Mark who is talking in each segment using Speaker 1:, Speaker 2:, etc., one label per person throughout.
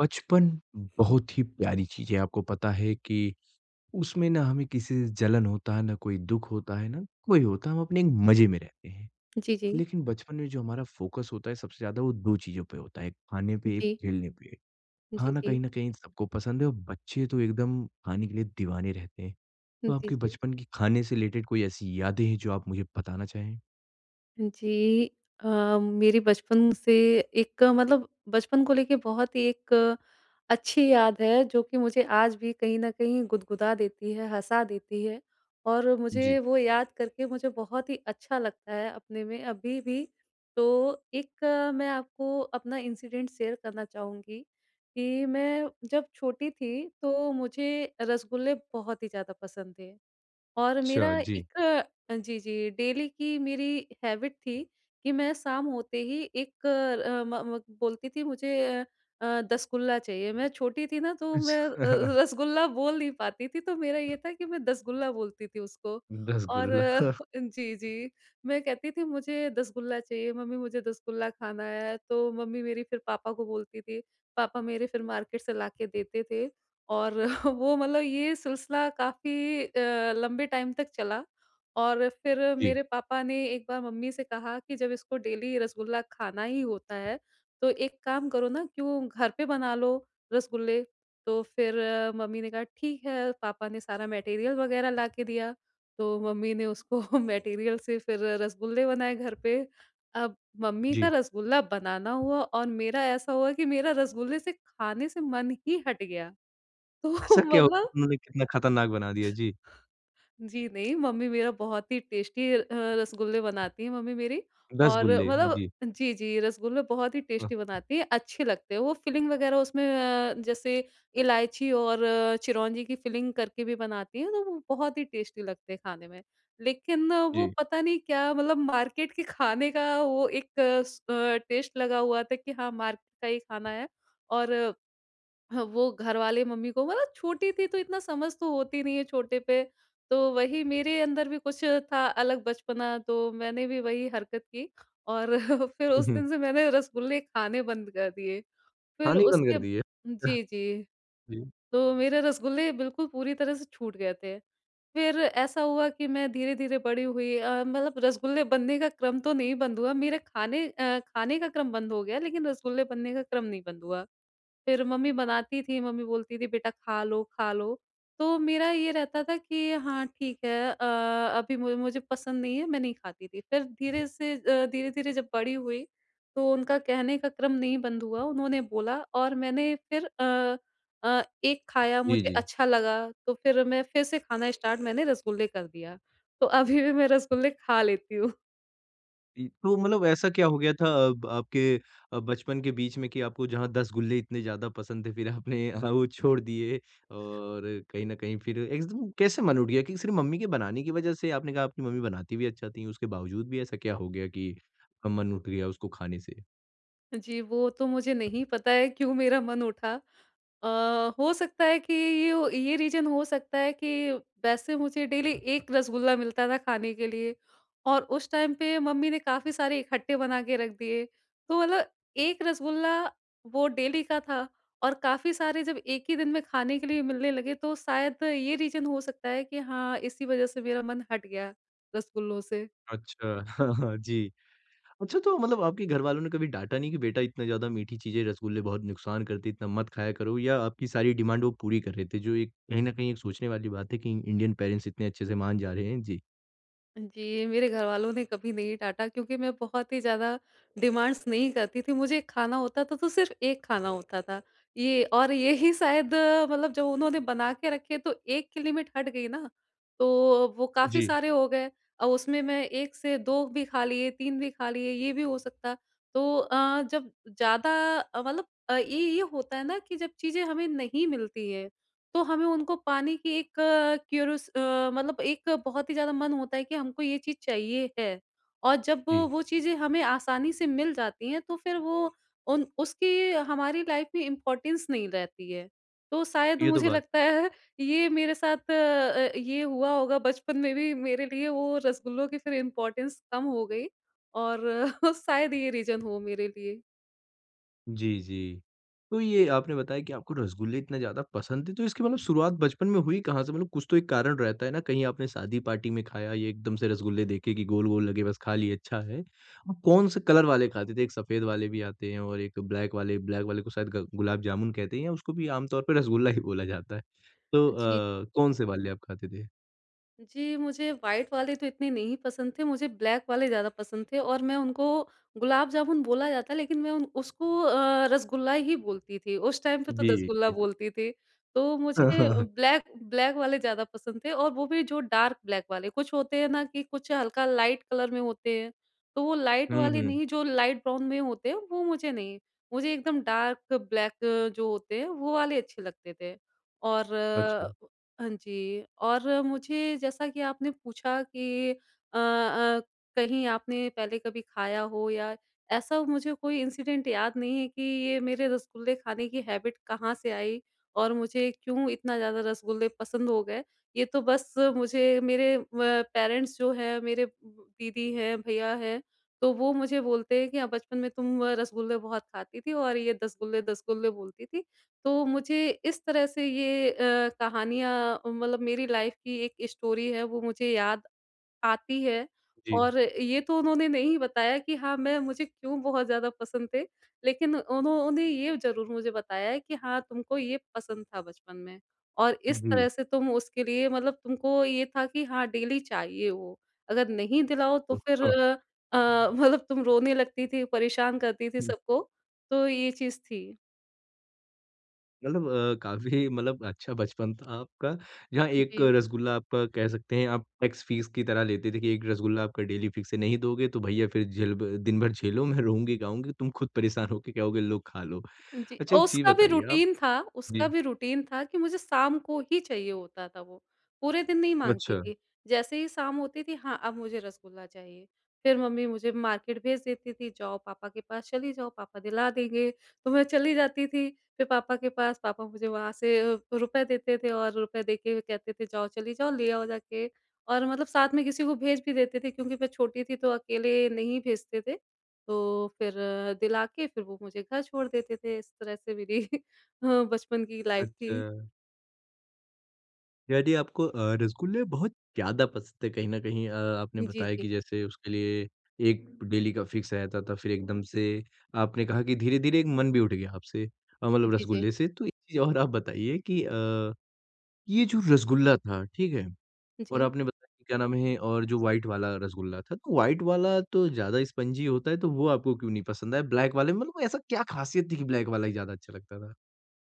Speaker 1: बचपन बहुत ही प्यारी चीज़ है। आपको पता है कि उसमें ना हमें किसी से जलन होता है, ना कोई दुःख होता है, ना कोई होता है। हम अपने एक मज़े में रहते हैं।
Speaker 2: जी, जी।
Speaker 1: लेकिन बचपन में जो हमारा फ़ोकस होता है सबसे ज़्यादा वो दो चीज़ों पे होता है, एक खाने पे, एक
Speaker 2: जी।
Speaker 1: खेलने पे।
Speaker 2: जी,
Speaker 1: खाना कहीं
Speaker 2: जी।
Speaker 1: न कहीं सबको पसंद है और बच्चे तो एकदम खाने के लिए दीवाने रहते हैं। तो
Speaker 2: जी,
Speaker 1: आपके
Speaker 2: जी।
Speaker 1: बचपन की खाने से रिलेटेड कोई ऐसी यादें हैं जो आप मुझे बताना चाहें?
Speaker 2: जी। अ, मेरी बचपन से एक बचपन को लेके बहुत ही अच्छी याद है, जो कि मुझे आज भी कहीं न कहीं गुदगुदा देती है, हँसा देती है और
Speaker 1: जी।
Speaker 2: मुझे वो याद करके मुझे बहुत ही अच्छा लगता है अपने में अभी भी। तो मैं आपको अपना इंसिडेंट शेयर करना चाहूँगी कि मैं जब छोटी थी, तो मुझे रसगुल्ले बहुत ही ज़्यादा पसंद थे। और
Speaker 1: अच्छा,
Speaker 2: मेरा
Speaker 1: जी।
Speaker 2: जी, जी, डेली की मेरी हैबिट थी कि मैं शाम होते ही एक अ, म म बोलती थी मुझे दसगुल्ला चाहिए। मैं छोटी थी ना तो मैं रसगुल्ला बोल नहीं पाती थी तो मेरा ये था कि मैं दसगुल्ला बोलती थी उसको। और
Speaker 1: रसगुल्ला।
Speaker 2: जी, जी, मैं कहती थी मुझे दसगुल्ला चाहिए, मम्मी मुझे दसगुल्ला खाना है, तो मम्मी मेरी फिर पापा को बोलती थी, पापा मेरे फिर मार्केट से लाके देते थे। और वो ये सिलसिला काफ़ी लंबे टाइम तक चला और फिर
Speaker 1: जी,
Speaker 2: मेरे पापा ने एक बार मम्मी से कहा कि जब इसको डेली रसगुल्ला खाना ही होता है, तो एक काम करो ना क्यों घर पे बना लो रसगुल्ले। तो फिर मम्मी ने कहा ठीक है, पापा ने सारा मटेरियल वग़ैरह ला के दिया, तो मम्मी ने उसको मटेरियल से फिर रसगुल्ले बनाए घर पे। अब मम्मी का
Speaker 1: जी।
Speaker 2: रसगुल्ला बनाना हुआ और मेरा ऐसा हुआ कि मेरा रसगुल्ले से खाने से मन ही हट गया। तो
Speaker 1: ऐसा क्या हो गया कि
Speaker 2: मतलब
Speaker 1: उन्होंने कितना खतरनाक बना दिया? जी,
Speaker 2: जी नहीं, मम्मी मेरा बहुत ही टेस्टी रसगुल्ले बनाती हैं मम्मी मेरी और
Speaker 1: रसगुल्ले
Speaker 2: मतलब
Speaker 1: जी,
Speaker 2: जी, जी, रसगुल्ले बहुत ही
Speaker 1: हाँ,
Speaker 2: टेस्टी बनाती हैं, अच्छे लगते हैं। वो फिलिंग वगैरह उसमें जैसे इलायची और चिरौंजी की फिलिंग करके भी बनाती हैं, तो वो बहुत ही टेस्टी लगते हैं खाने में। लेकिन वो
Speaker 1: जी।
Speaker 2: पता नहीं क्या मतलब मार्केट के खाने का वो एक टेस्ट लगा हुआ था कि हाँ, मार्केट का ही खाना है और हाँ, वो घरवाले मम्मी को मतलब छोटी थी तो इतना समझ तो होती नहीं है छोटे पे, तो वही मेरे अंदर भी कुछ था अलग बचपना तो मैंने भी वही हरकत की और फिर
Speaker 1: हुँ,
Speaker 2: उस
Speaker 1: हुँ।
Speaker 2: दिन से मैंने रसगुल्ले खाने बंद कर दिए। फिर
Speaker 1: खाने ही बंद कर
Speaker 2: उसके
Speaker 1: दिए।
Speaker 2: जी, जी,
Speaker 1: जी,
Speaker 2: तो मेरे रसगुल्ले बिल्कुल पूरी तरह से छूट गए थे। फिर ऐसा हुआ कि मैं धीरे-धीरे बड़ी हुई। रसगुल्ले बनने का क्रम तो नहीं बंद हुआ, मेरे खाने का क्रम बंद हो गया लेकिन रसगुल्ले बनने का क्रम नहीं बंद हुआ। फिर मम्मी बनाती थी, मम्मी बोलती थी, "बेटा खा लो, खा लो।" तो मेरा ये रहता था कि हाँ, ठीक है। अभी मु मुझे पसंद नहीं है, मैं नहीं खाती थी। फिर धीरे-धीरे जब बड़ी हुई, तो उनका कहने का क्रम नहीं बंद हुआ, उन्होंने बोला और मैंने फिर एक खाया,
Speaker 1: जी,
Speaker 2: मुझे
Speaker 1: जी।
Speaker 2: अच्छा लगा, तो फिर मैं फिर से खाना स्टार्ट मैंने रसगुल्ले कर दिया। तो अभी भी मैं रसगुल्ले खा लेती हूँ।
Speaker 1: इ तो मतलब ऐसा क्या हो गया था अब आपके बचपन के बीच में कि आपको जहाँ रसगुल्ले इतने ज़्यादा पसंद थे फिर आपने वो छोड़ दिए और कहीं न कहीं फिर एकदम कैसे मन उठ गया कि सिर्फ़ मम्मी के बनाने की वज़ह से आपने कहा आपकी मम्मी बनाती भी अच्छा थी, उसके बावजूद भी ऐसा क्या हो गया कि आपका मन उठ गया उसको खाने से?
Speaker 2: जी, वो तो मुझे नहीं पता है क्यों मेरा मन उठा। अ, हो सकता है कि ये रीज़न हो सकता है कि वैसे मुझे डेली 1 रसगुल्ला मिलता था खाने के लिए और उस टाइम पे मम्मी ने काफ़ी सारे इकट्ठे बना के रख दिए। तो मतलब 1 रसगुल्ला वो डेली का था और काफ़ी सारे जब एक ही दिन में खाने के लिए मिलने लगे तो शायद ये रीज़न हो सकता है कि हाँ, इसी वज़ह से मेरा मन हट गया रसगुल्लों से।
Speaker 1: अच्छा। जी। अच्छा, तो मतलब आपके घरवालों ने कभी डाँटा नहीं कि बेटा इतना ज़्यादा मीठी चीज़ें, रसगुल्ले बहुत नुकसान करते हैं, इतना मत खाया करो या आपकी सारी डिमांड वो पूरी कर रहे थे? जो एक कहीं न कहीं एक सोचने वाली बात है कि इंडियन पेरेंट्स इतने अच्छे से मान जा रहे हैं। जी।
Speaker 2: जी, मेरे घरवालों ने कभी नहीं डाँटा क्योंकि मैं बहुत ही ज़्यादा डिमांड्स नहीं करती थी। मुझे खाना होता था तो सिर्फ़ एक खाना होता था। ये और यही शायद जब उन्होंने बना के रखे तो एक की लिमिट हट गई ना, तो वो काफ़ी
Speaker 1: जी,
Speaker 2: सारे हो गए। अब उसमें मैं 1 से 2 भी खा लिए, 3 भी खा लिए, ये भी हो सकता। तो जब ज़्यादा, ये होता है ना कि जब चीज़ें हमें नहीं मिलती हैं तो हमें उनको पाने की एक क्यूरियस, एक बहुत ही ज़्यादा मन होता है कि हमको ये चीज़ चाहिए है। और जब
Speaker 1: जी।
Speaker 2: वो चीज़ें हमें आसानी से मिल जाती हैं, तो फिर वो उन उसकी हमारी लाइफ में इम्पोर्टेंस नहीं रहती है। तो शायद
Speaker 1: ये तो
Speaker 2: मुझे
Speaker 1: बात
Speaker 2: लगता है ये मेरे साथ अ, ये हुआ होगा बचपन में भी मेरे लिए वो रसगुल्लों की फिर इम्पोर्टेंस कम हो गई और शायद ये रीज़न हो मेरे लिए।
Speaker 1: जी, जी। तो ये आपने बताया कि आपको रसगुल्ले इतना ज़्यादा पसंद थे, तो इसकी मतलब शुरुआत बचपन में हुई कहाँ से? मतलब कुछ तो एक कारण रहता है ना, कहीं आपने शादी पार्टी में खाया, ये एकदम से रसगुल्ले देखे कि गोल-गोल लगे बस खा लिए अच्छा है। आप कौन से कलर वाले खाते थे? एक सफ़ेद वाले भी आते हैं और एक ब्लैक वाले को शायद ग गुलाब जामुन कहते हैं या उसको भी आम तौर पे रसगुल्ला ही बोला जाता है। तो
Speaker 2: जी।
Speaker 1: कौन से वाले आप खाते थे?
Speaker 2: जी, मुझे व्हाइट वाले तो इतने नहीं पसंद थे, मुझे ब्लैक वाले ज़्यादा पसंद थे और मैं उनको गुलाब जामुन बोला जाता है लेकिन मैं उन उसको अ, रसगुल्ला ही बोलती थी, उस टाइम पे तो
Speaker 1: जी,
Speaker 2: रसगुल्ला
Speaker 1: जी।
Speaker 2: बोलती थी। तो मुझे ब्लैक ब्लैक वाले ज़्यादा पसंद थे और वो भी जो डार्क ब्लैक वाले, कुछ होते हैं ना कि कुछ हल्का लाइट कलर में होते हैं, तो वो लाइट
Speaker 1: हुँ,
Speaker 2: वाले
Speaker 1: हुँ।
Speaker 2: नहीं जो लाइट ब्राउन में होते हैं वो मुझे नहीं, मुझे एकदम डार्क ब्लैक जो होते हैं वो वाले अच्छे लगते थे। और
Speaker 1: अच्छा।
Speaker 2: हाँ जी, और मुझे जैसा कि आपने पूछा कि अ अ, कहीं आपने पहले कभी खाया हो या ऐसा मुझे कोई इंसिडेंट याद नहीं है कि ये मेरे रसगुल्ले खाने की हैबिट कहाँ से आई और मुझे क्यों इतना ज़्यादा रसगुल्ले पसंद हो गए। ये तो बस मुझे मेरे अ, पेरेंट्स जो हैं, मेरे दीदी हैं, भैया हैं, तो वो मुझे बोलते हैं कि "हाँ, बचपन में तुम रसगुल्ले बहुत खाती थी और ये 10 गुल्ले 10 गुल्ले" बोलती थी। तो मुझे इस तरह से ये कहानियाँ मतलब मेरी लाइफ़ की एक स्टोरी है वो मुझे याद आती है
Speaker 1: जी,
Speaker 2: और ये तो उन्होंने नहीं बताया कि हाँ, मैं मुझे क्यों बहुत ज़्यादा पसंद थे। लेकिन उन्होंने ये ज़रूर मुझे बताया है कि हाँ, तुमको ये पसंद था बचपन में और इस
Speaker 1: जी।
Speaker 2: तरह से तुम उसके लिए मतलब तुमको ये था कि हाँ, डेली चाहिए वो। अगर नहीं दिलाओ तो
Speaker 1: ओह!
Speaker 2: फिर
Speaker 1: हाँ।
Speaker 2: अ, अ, मतलब तुम रोने लगती थी, परेशान करती थी सबको। तो ये चीज़ थी।
Speaker 1: मतलब काफ़ी मतलब अच्छा बचपन था आपका, जहाँ एक
Speaker 2: जी।
Speaker 1: रसगुल्ला आपका कह सकते हैं आप टैक्स फ़ीस की तरह लेते थे कि एक रसगुल्ला आपका डेली फ़ीस है, नहीं दोगे तो भैया फिर झेल ब दिन भर झेलो, मैं रोऊँगी, गाऊँगी, तुम खुद परेशान हो के कहोगे लो खा लो।
Speaker 2: जी
Speaker 1: अच्छा
Speaker 2: और
Speaker 1: एक चीज़
Speaker 2: उसका भी
Speaker 1: बताइए आप
Speaker 2: रूटीन था
Speaker 1: जी,
Speaker 2: उसका भी रूटीन था कि मुझे शाम को ही चाहिए होता था वो, पूरे दिन नहीं माँगती
Speaker 1: अच्छा,
Speaker 2: थी। जैसे ही शाम होती थी, हाँ, अब मुझे रसगुल्ला चाहिए। फिर मम्मी मुझे मार्केट भेज देती थी, जाओ पापा के पास चली जाओ, पापा दिला देंगे। तो मैं चली जाती थी, फिर पापा के पास, पापा मुझे वहाँ से रुपए देते थे और रुपए देके कहते थे, "जाओ, चली जाओ, ले आओ जाके।" और मतलब साथ में किसी को भेज भी देते थे क्योंकि मैं छोटी थी तो अकेले नहीं भेजते थे। तो फिर दिला के फिर वो मुझे घर छोड़ देते थे। इस तरह से मेरी अ, बचपन की लाइफ़
Speaker 1: अच्छा।
Speaker 2: थी।
Speaker 1: यानी आपको रसगुल्ले बहुत ज़्यादा पसंद थे कहीं न कहीं आपने
Speaker 2: जी,
Speaker 1: बताया कि
Speaker 2: जी।
Speaker 1: जैसे उसके लिए एक डेली का फिक्स रहता था, फिर एकदम से आपने कहा कि धीरे-धीरे एक मन भी उठ गया आपसे मतलब
Speaker 2: जी, जी।
Speaker 1: रसगुल्ले से। तो एक चीज़ और आप बताइए कि ये जो रसगुल्ला था, ठीक है? और
Speaker 2: जी।
Speaker 1: आपने बताया कि क्या नाम है और जो व्हाइट वाला रसगुल्ला था, तो व्हाइट वाला तो ज़्यादा स्पंजी होता है, तो वो आपको क्यों नहीं पसंद आया? ब्लैक वाले में मतलब ऐसा क्या ख़ासियत थी कि ब्लैक वाला ही ज़्यादा अच्छा लगता था?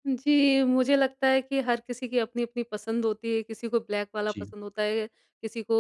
Speaker 2: जी, मुझे लगता है कि हर किसी की अपनी-अपनी पसंद होती है, किसी को ब्लैक वाला
Speaker 1: जी,
Speaker 2: पसंद होता है, किसी को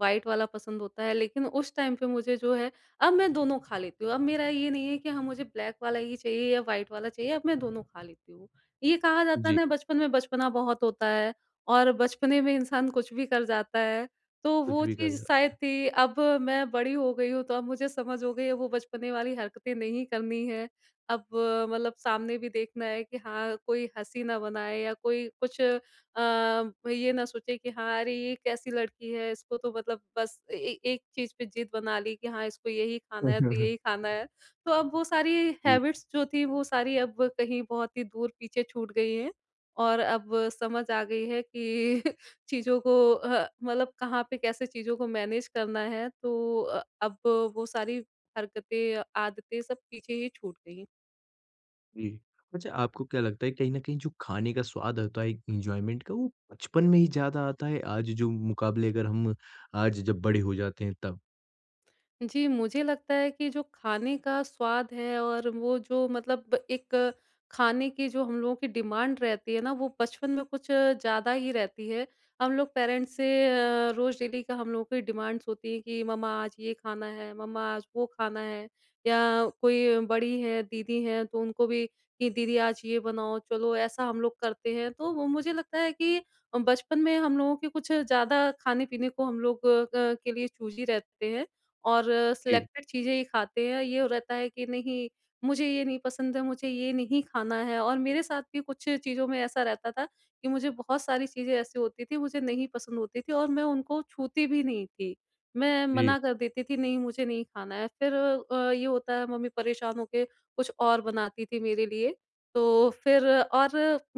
Speaker 2: व्हाइट वाला पसंद होता है, लेकिन उस टाइम पे मुझे जो है अब मैं दोनों खा लेती हूँ। अब मेरा ये नहीं है कि हाँ, मुझे ब्लैक वाला ही चाहिए या व्हाइट वाला चाहिए, अब मैं दोनों खा लेती हूँ। ये कहा जाता है
Speaker 1: जी,
Speaker 2: ना बचपन में बचपना बहुत होता है और बचपने में इंसान कुछ भी कर जाता है, तो
Speaker 1: कुछ
Speaker 2: वो
Speaker 1: भी कहा
Speaker 2: चीज़
Speaker 1: जाए।
Speaker 2: शायद थी। अब मैं बड़ी हो गई हूँ, तो अब मुझे समझ हो गई है वो बचपने वाली हरकतें नहीं करनी है अब सामने भी देखना है कि हाँ कोई हँसी ना बनाए या कोई कुछ ये ना सोचे कि हाँ अरे ये कैसी लड़की है इसको तो मतलब बस एक चीज पे जिद बना ली कि हाँ इसको यही खाना है
Speaker 1: जी।
Speaker 2: तो यही खाना है तो अब वो सारी हैबिट्स जो थी वो सारी अब कहीं बहुत ही दूर पीछे छूट गई हैं और अब समझ आ गई है कि चीजों को अ, मतलब कहाँ पे कैसे चीजों को मैनेज करना है तो अब वो सारी हरकतें आदतें सब पीछे ही छूट गई।
Speaker 1: जी। अच्छा आपको क्या लगता है कहीं न कहीं जो खाने का स्वाद होता है एक एन्जॉयमेंट का वो बचपन में ही ज़्यादा आता है आज जो मुकाबले अगर हम आज जब बड़े हो जाते हैं तब?
Speaker 2: जी, मुझे लगता है कि जो खाने का स्वाद है और वो जो मतलब एक खाने की जो हम लोगों की डिमांड रहती है ना, वो बचपन में कुछ ज़्यादा ही रहती है। हम लोग पेरेंट्स से रोज़ डेली का हम लोगों की डिमांड्स होती हैं कि मम्मा आज ये खाना है, मम्मा आज वो खाना है या कोई बड़ी है, दीदी हैं तो उनको भी कि दीदी आज ये बनाओ, चलो ऐसा हम लोग करते हैं। तो वो मुझे लगता है कि बचपन में हम लोगों के कुछ ज़्यादा खाने-पीने को हम लोग के लिए चूज़ी रहते हैं। और
Speaker 1: जी,
Speaker 2: सिलेक्टेड चीज़ें ही खाते हैं। ये रहता है कि नहीं मुझे ये नहीं पसंद है, मुझे ये नहीं खाना है और मेरे साथ भी कुछ चीज़ों में ऐसा रहता था कि मुझे बहुत सारी चीज़ें ऐसी होती थी, मुझे नहीं पसंद होती थी और मैं उनको छूती भी नहीं थी। मैं
Speaker 1: जी,
Speaker 2: मना कर देती थी नहीं मुझे नहीं खाना है। फिर ये होता है मम्मी परेशान होके कुछ और बनाती थी मेरे लिए। तो फिर और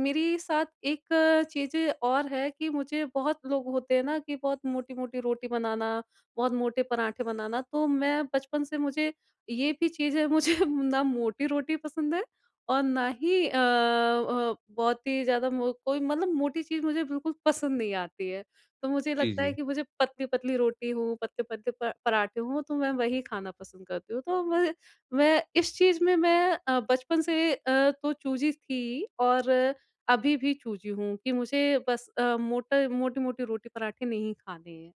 Speaker 2: मेरे साथ एक चीज़ और है कि मुझे बहुत लोग होते हैं ना कि बहुत मोटी-मोटी रोटी बनाना, बहुत मोटे पराठे बनाना। तो मैं बचपन से मुझे ये भी चीज़ है मुझे ना मोटी रोटी पसंद है और ना ही बहुत ही ज़्यादा मो कोई मतलब मोटी चीज़ मुझे बिल्कुल पसंद नहीं आती है। तो मुझे
Speaker 1: जी,
Speaker 2: लगता है
Speaker 1: जी।
Speaker 2: कि मुझे पतली-पतली रोटी हो, पतले-पतले प पराठे हों तो मैं वही खाना पसंद करती हूँ। मैं इस चीज़ में मैं बचपन से तो चूज़ी थी और अभी भी चूज़ी हूँ कि मुझे बस मोटा मोटी-मोटी रोटी पराठे नहीं खाने हैं।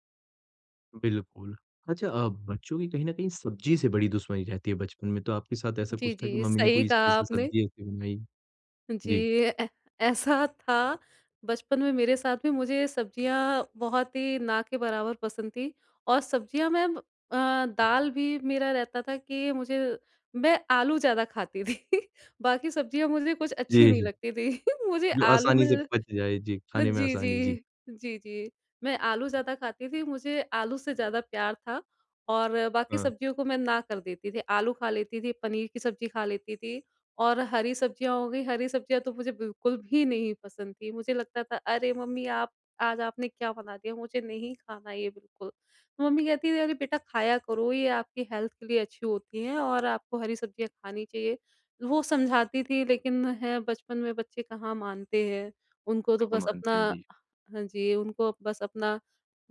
Speaker 1: बिल्कुल। अच्छा बच्चों की कहीं न कहीं सब्ज़ी से बड़ी दुश्मनी रहती है बचपन में, तो आपके साथ ऐसा
Speaker 2: जी,
Speaker 1: कुछ था
Speaker 2: जी,
Speaker 1: कि मम्मी ने
Speaker 2: सही
Speaker 1: कोई
Speaker 2: कहा
Speaker 1: स्पेशल
Speaker 2: आपने।
Speaker 1: सब्ज़ी ऐसी बनाई?
Speaker 2: जी,
Speaker 1: जी।
Speaker 2: ए ऐसा था, बचपन में मेरे साथ भी मुझे सब्जियाँ बहुत ही ना के बराबर पसंद थी। और सब्जियाँ मैं अ, दाल भी मेरा रहता था कि मुझे मैं आलू ज़्यादा खाती थी, बाकी सब्जियाँ मुझे कुछ अच्छी नहीं
Speaker 1: जी,
Speaker 2: लगती थी। मुझे
Speaker 1: जो
Speaker 2: आलू
Speaker 1: आसानी से
Speaker 2: मिल।
Speaker 1: पच जाए। जी, खाने में
Speaker 2: जी,
Speaker 1: आसानी। जी।
Speaker 2: जी। जी, जी। मैं आलू ज़्यादा खाती थी, मुझे आलू से ज़्यादा प्यार था और बाकी
Speaker 1: हाँ,
Speaker 2: सब्जियों को मैं ना कर देती थी। आलू खा लेती थी, पनीर की सब्ज़ी खा लेती थी और हरी सब्जियाँ हो गई, हरी सब्जियाँ तो मुझे बिल्कुल भी नहीं पसंद थी। मुझे लगता था, "अरे मम्मी, आप आज आपने क्या बना दिया? मुझे नहीं खाना ये बिल्कुल।" तो मम्मी कहती थी, "अरे बेटा, खाया करो, ये आपकी हेल्थ के लिए अच्छी होती हैं और आपको हरी सब्जियाँ खानी चाहिए।" वो समझाती थी लेकिन हैं, बचपन में बच्चे कहाँ मानते हैं। उनको तो
Speaker 1: हाँ
Speaker 2: बस अपना।
Speaker 1: मानते हैं। जी।
Speaker 2: हाँ जी, उनको बस अपना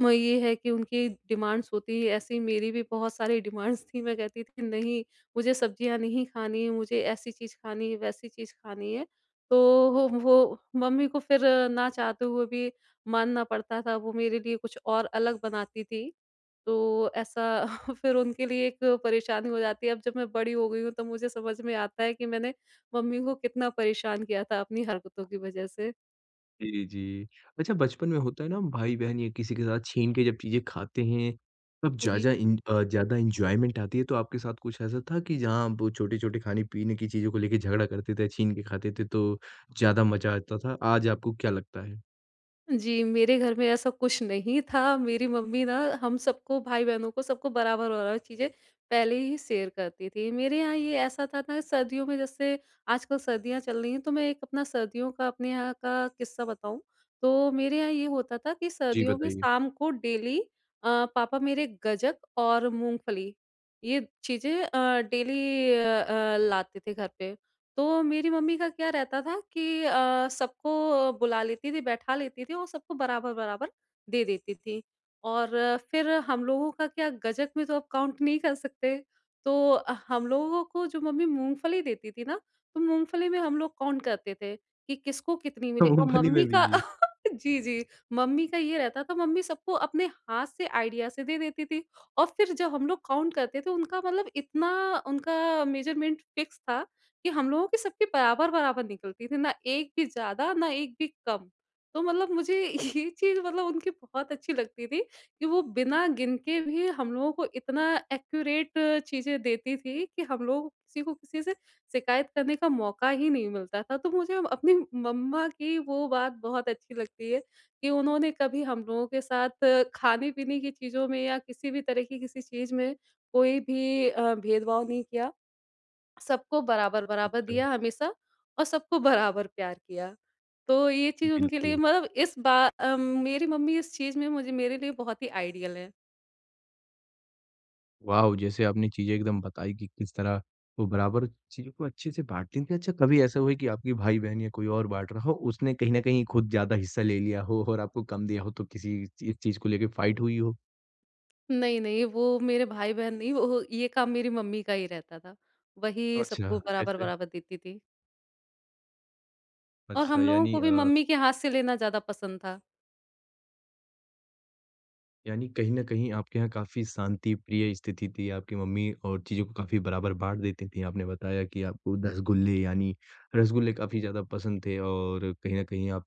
Speaker 2: म ये है कि उनकी डिमांड्स होती है, ऐसी मेरी भी बहुत सारी डिमांड्स थी। मैं कहती थी, नहीं, मुझे सब्जियाँ नहीं खानी, मुझे ऐसी चीज़ खानी है, वैसी चीज़ खानी है। तो वो मम्मी को फिर, ना चाहते हुए भी, मानना पड़ता था। वो मेरे लिए कुछ और अलग बनाती थी। तो ऐसा फिर उनके लिए एक परेशानी हो जाती है। अब जब मैं बड़ी हो गई हूँ तो मुझे समझ में आता है कि मैंने मम्मी को कितना परेशान किया था अपनी हरकतों की वजह से।
Speaker 1: जी, जी। अच्छा बचपन में होता है ना हम भाई-बहन या किसी के साथ छीन के जब चीज़ें खाते हैं, तब
Speaker 2: जी।
Speaker 1: ज़्यादा ज़्यादा एन्जॉयमेंट आती है। तो आपके साथ कुछ ऐसा था कि जहाँ आप छोटे-छोटे खाने-पीने की चीज़ों को लेके झगड़ा करते थे, छीन के खाते थे तो ज़्यादा मज़ा आता था? आज आपको क्या लगता है?
Speaker 2: जी, मेरे घर में ऐसा कुछ नहीं था। मेरी मम्मी ना, हम सबको, भाई-बहनों को, सबको बराबर-बराबर चीज़ें पहले ही शेयर करती थी। मेरे यहाँ ये ऐसा था ना, सर्दियों में, जैसे आजकल सर्दियाँ चल रही हैं तो मैं एक अपना सर्दियों का, अपने यहाँ का किस्सा बताऊँ। तो मेरे यहाँ ये होता था कि
Speaker 1: जी
Speaker 2: सर्दियों में
Speaker 1: बताइए।
Speaker 2: शाम को डेली अ, पापा मेरे गज्जक और मूँगफली, ये चीज़ें डेली लाते थे घर पे। तो मेरी मम्मी का क्या रहता था कि सबको बुला लेती थी, बैठा लेती थी और सबको बराबर-बराबर दे देती थी। और फिर हम लोगों का क्या, गजक में तो अब काउंट नहीं कर सकते, तो हम लोगों को जो मम्मी मूँगफली देती थी ना, तो मूँगफली में हम लोग काउंट करते थे कि किसको कितनी मिली। और
Speaker 1: मूँगफली में
Speaker 2: मम्मी
Speaker 1: भी
Speaker 2: का
Speaker 1: जी।
Speaker 2: जी, जी। मम्मी का ये रहता था, मम्मी सबको अपने हाथ से आइडिया से दे देती थी, और फिर जब हम लोग काउंट करते थे उनका, मतलब इतना उनका मेज़रमेंट फिक्स था कि हम लोगों की सबकी बराबर-बराबर निकलती थी, ना एक भी ज़्यादा, ना एक भी कम। तो मतलब मुझे ये चीज़ मतलब उनकी बहुत अच्छी लगती थी कि वो बिना गिन के भी हम लोगों को इतना एक्यूरेट चीज़ें देती थी कि हम लोगों को किसी से शिकायत करने का मौका ही नहीं मिलता था। तो मुझे अपनी मम्मा की वो बात बहुत अच्छी लगती है कि उन्होंने कभी हम लोगों के साथ खाने-पीने की चीज़ों में या किसी भी तरह की किसी चीज़ में कोई भी भेदभाव नहीं किया। सबको बराबर-बराबर
Speaker 1: अच्छा,
Speaker 2: दिया हमेशा, और सबको बराबर प्यार किया। तो ये चीज़ उनके लिए,
Speaker 1: बिल्कुल।
Speaker 2: मतलब इस मेरी मम्मी इस चीज़ में मुझे, मेरे लिए बहुत ही आइडियल हैं।
Speaker 1: वाओ! जैसे आपने चीज़ें एकदम बताई कि किस तरह वो बराबर चीज़ों को अच्छे से बाँटती थी। अच्छा कभी ऐसा हुआ है कि आपके भाई-बहन या कोई और बाँट रहा हो, उसने कहीं न कहीं खुद ज़्यादा हिस्सा ले लिया हो और आपको कम दिया हो, तो किसी चीज़ चीज़ को लेके फाइट हुई हो?
Speaker 2: नहीं, नहीं, वो मेरे भाई-बहन नहीं, वो ये काम मेरी मम्मी का ही रहता था। वही
Speaker 1: अच्छा,
Speaker 2: सबको
Speaker 1: कैसे?
Speaker 2: बराबर-बराबर देती थी, और
Speaker 1: अच्छा,
Speaker 2: हम लोगों
Speaker 1: यानी
Speaker 2: को भी
Speaker 1: अ,
Speaker 2: मम्मी के हाथ से लेना ज़्यादा पसंद था।
Speaker 1: यानी कहीं न कहीं आपके यहाँ काफ़ी शांतिप्रिय स्थिति थी, आपकी मम्मी और चीज़ों को काफ़ी बराबर बाँट देती थीं। आपने बताया कि आपको रसगुल्ले यानी रसगुल्ले काफ़ी ज़्यादा पसंद थे और कहीं न कहीं आप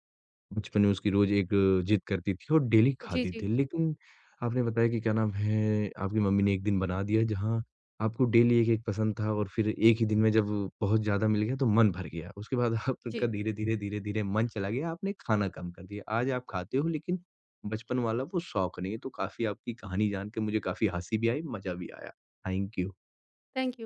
Speaker 1: बचपन में उसकी रोज़ एक जिद करती थी और डेली
Speaker 2: जी,
Speaker 1: खाती
Speaker 2: जी।
Speaker 1: थी। लेकिन आपने बताया कि क्या नाम है, आपकी मम्मी ने एक दिन बना दिया जहाँ आपको डेली एक-एक पसंद था और फिर एक ही दिन में जब बहुत ज़्यादा मिल गया तो मन भर गया। उसके बाद आपका
Speaker 2: जी,
Speaker 1: धीरे-धीरे, धीरे-धीरे मन चला गया, आपने खाना कम कर दिया। आज आप खाते हो लेकिन बचपन वाला वो शौक नहीं है। तो काफ़ी आपकी कहानी जान के मुझे काफ़ी हँसी भी आई, मज़ा भी आया। Thank you.
Speaker 2: Thank you.